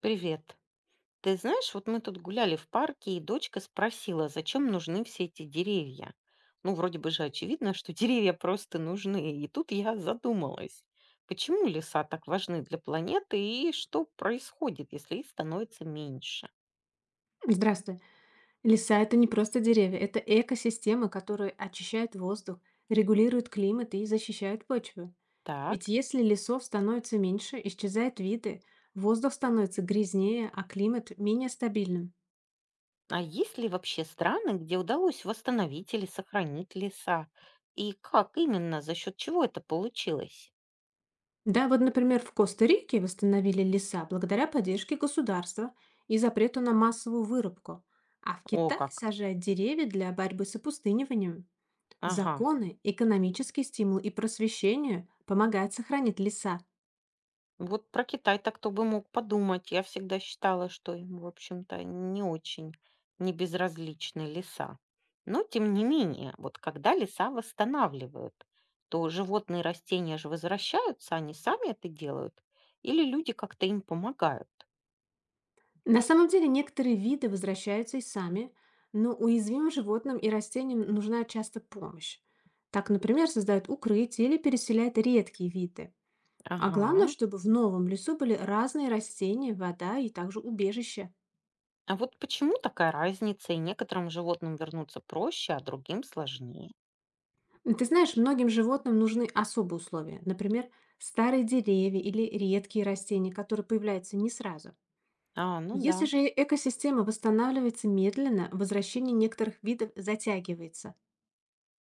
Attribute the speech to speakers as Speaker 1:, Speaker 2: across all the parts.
Speaker 1: Привет. Ты знаешь, вот мы тут гуляли в парке, и дочка спросила, зачем нужны все эти деревья. Ну, вроде бы же очевидно, что деревья просто нужны. И тут я задумалась, почему леса так важны для планеты и что происходит, если их становится меньше.
Speaker 2: Здравствуй. Леса– это не просто деревья, это экосистемы, которые очищают воздух, регулируют климат и защищают почву. Ведь
Speaker 1: Так,
Speaker 2: если лесов становится меньше, исчезают виды, воздух становится грязнее, а климат менее стабильным.
Speaker 1: а есть ли вообще страны, где удалось восстановить или сохранить леса? И как именно, за счет чего это получилось?
Speaker 2: Да, вот, например, в Коста-Рике восстановили леса благодаря поддержке государства и запрету на массовую вырубку. А в
Speaker 1: О,
Speaker 2: Китае
Speaker 1: как.
Speaker 2: сажают деревья для борьбы с опустыниванием.
Speaker 1: Ага.
Speaker 2: Законы, экономический стимул и просвещение помогают сохранить леса.
Speaker 1: Вот про Китай так кто бы мог подумать. Я всегда считала, что им, в общем-то, не безразличны леса. Но, тем не менее, вот когда леса восстанавливают, то животные и растения же возвращаются, они сами это делают, или люди как-то им помогают.
Speaker 2: На самом деле некоторые виды возвращаются и сами, но уязвимым животным и растениям нужна часто помощь. Так, например, создают укрытие или переселяют редкие виды. А главное,
Speaker 1: Ага.
Speaker 2: чтобы в новом лесу были разные растения, вода и также убежище.
Speaker 1: А вот почему такая разница, и некоторым животным вернуться проще, а другим сложнее?
Speaker 2: И ты знаешь, многим животным нужны особые условия, например, старые деревья или редкие растения, которые появляются не сразу.
Speaker 1: А, ну да.
Speaker 2: Если же экосистема восстанавливается медленно, возвращение некоторых видов затягивается.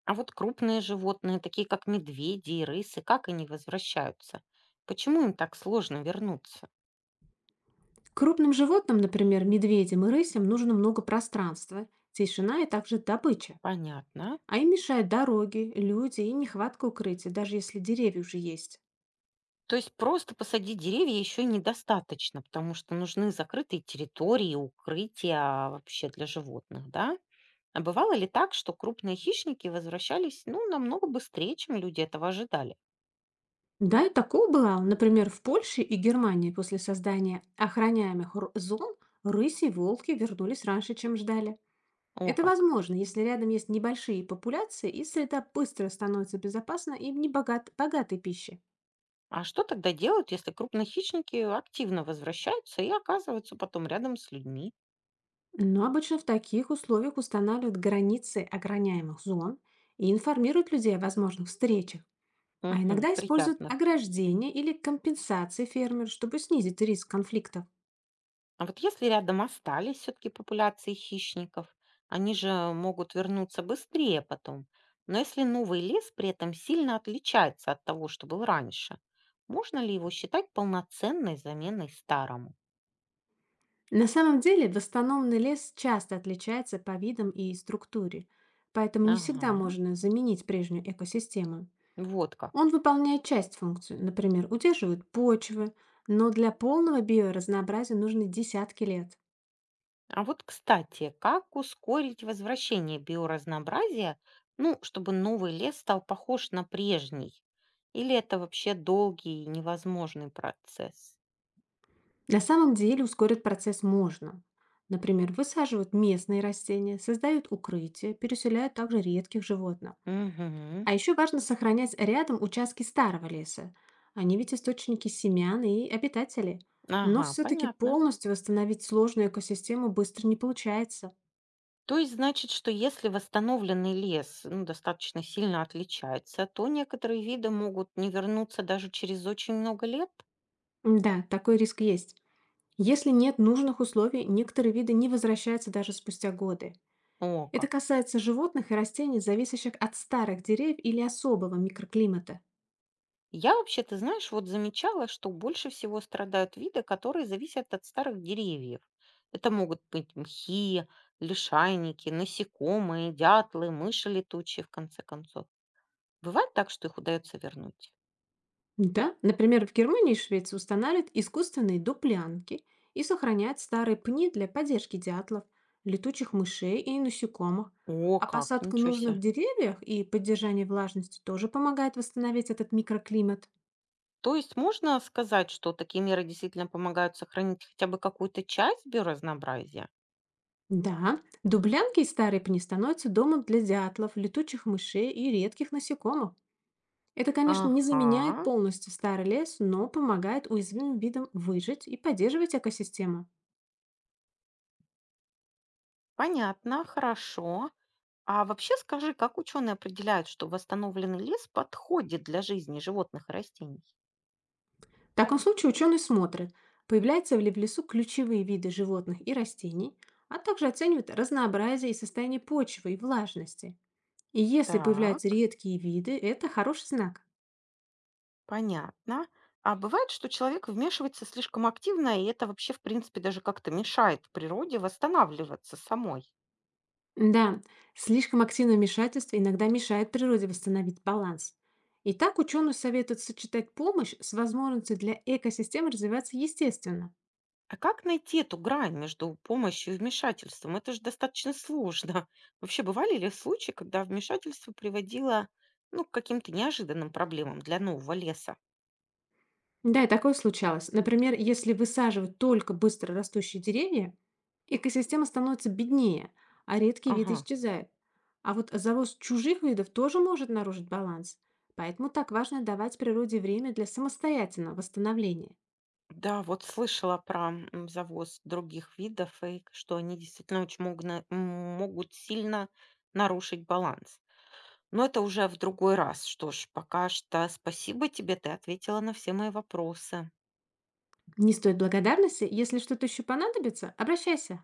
Speaker 1: А вот крупные животные, такие как медведи и рысы, как они возвращаются? Почему им так сложно вернуться?
Speaker 2: Крупным животным, например, медведям и рысям, нужно много пространства, тишина и также добыча.
Speaker 1: Понятно.
Speaker 2: А им мешают дороги, люди и нехватка укрытия, даже если деревья уже есть.
Speaker 1: То есть просто посадить деревья еще недостаточно, потому что нужны закрытые территории, укрытия вообще для животных, да? А бывало ли так, что крупные хищники возвращались, ну, намного быстрее, чем люди этого ожидали?
Speaker 2: Да, и такое было, например, в Польше и Германии после создания охраняемых зон рыси и волки вернулись раньше, чем ждали.
Speaker 1: О,
Speaker 2: Это
Speaker 1: как!
Speaker 2: возможно, если рядом есть небольшие популяции и среда быстро становится безопасна и не богатой пищей.
Speaker 1: А что тогда делают, если крупные хищники активно возвращаются и оказываются потом рядом с людьми?
Speaker 2: Но обычно в таких условиях устанавливают границы охраняемых зон и информируют людей о возможных встречах, а
Speaker 1: Мгм,
Speaker 2: иногда используют
Speaker 1: приятных.
Speaker 2: ограждения или компенсации фермеру, чтобы снизить риск конфликтов.
Speaker 1: А вот если рядом остались все-таки популяции хищников, они же могут вернуться быстрее потом. Но если новый лес при этом сильно отличается от того, что был раньше, можно ли его считать полноценной заменой старому?
Speaker 2: На самом деле восстановленный лес часто отличается по видам и структуре, поэтому не всегда
Speaker 1: Ага,
Speaker 2: можно заменить прежнюю экосистему.
Speaker 1: вот как.
Speaker 2: Он выполняет часть функций, например, удерживает почвы, но для полного биоразнообразия нужны десятки лет.
Speaker 1: А вот, кстати, как ускорить возвращение биоразнообразия, ну, чтобы новый лес стал похож на прежний? Или это вообще долгий и невозможный процесс?
Speaker 2: На самом деле ускорить процесс можно. Например, высаживают местные растения, создают укрытия, переселяют также редких животных.
Speaker 1: Угу.
Speaker 2: А еще важно сохранять рядом участки старого леса. Они ведь источники семян и обитателей. Но
Speaker 1: Ага,
Speaker 2: все-таки
Speaker 1: понятно.
Speaker 2: полностью восстановить сложную экосистему быстро не получается.
Speaker 1: То есть значит, что если восстановленный лес, ну, достаточно сильно отличается, то некоторые виды могут не вернуться даже через очень много лет?
Speaker 2: Да, такой риск есть. Если нет нужных условий, некоторые виды не возвращаются даже спустя годы.
Speaker 1: О,
Speaker 2: Это
Speaker 1: как.
Speaker 2: касается животных и растений, зависящих от старых деревьев или особого микроклимата.
Speaker 1: Я вообще, ты знаешь, вот замечала, что больше всего страдают виды, которые зависят от старых деревьев. Это могут быть мхи, лишайники, насекомые, дятлы, мыши летучие, в конце концов. Бывает так, что их удается вернуть?
Speaker 2: Да, например, в Германии и Швеции устанавливают искусственные дуплянки и сохраняют старые пни для поддержки дятлов, летучих мышей и насекомых.
Speaker 1: О,
Speaker 2: А
Speaker 1: как,
Speaker 2: посадка
Speaker 1: ничего
Speaker 2: нужных
Speaker 1: себе.
Speaker 2: деревьев и поддержание влажности тоже помогает восстановить этот микроклимат.
Speaker 1: То есть можно сказать, что такие меры действительно помогают сохранить хотя бы какую-то часть биоразнообразия?
Speaker 2: Да, дублянки и старые пни становятся домом для дятлов, летучих мышей и редких насекомых. Это, конечно, не заменяет
Speaker 1: Ага,
Speaker 2: полностью старый лес, но помогает уязвимым видам выжить и поддерживать экосистему.
Speaker 1: понятно, хорошо. А вообще скажи, как ученые определяют, что восстановленный лес подходит для жизни животных и растений?
Speaker 2: В таком случае ученые смотрят, появляются ли в лесу ключевые виды животных и растений, а также оценивают разнообразие и состояние почвы и влажности. И если появляются
Speaker 1: Так,
Speaker 2: редкие виды, это хороший знак.
Speaker 1: понятно. А бывает, что человек вмешивается слишком активно, и это вообще, в принципе, даже как-то мешает природе восстанавливаться самой.
Speaker 2: Да, слишком активное вмешательство иногда мешает природе восстановить баланс. И так ученые советуют сочетать помощь с возможностью для экосистемы развиваться естественно.
Speaker 1: А как найти эту грань между помощью и вмешательством? Это же достаточно сложно. Вообще, бывали ли случаи, когда вмешательство приводило, ну, к каким-то неожиданным проблемам для нового леса?
Speaker 2: Да, и такое случалось. Например, если высаживать только быстро растущие деревья, экосистема становится беднее, а редкие виды
Speaker 1: Ага.
Speaker 2: исчезают. А вот завоз чужих видов тоже может нарушить баланс. Поэтому так важно давать природе время для самостоятельного восстановления.
Speaker 1: Да, вот слышала про завоз других видов, и что они действительно очень могут сильно нарушить баланс. Но это уже в другой раз. Что ж, пока что спасибо тебе, ты ответила на все мои вопросы.
Speaker 2: Не стоит благодарности, если что-то еще понадобится, обращайся.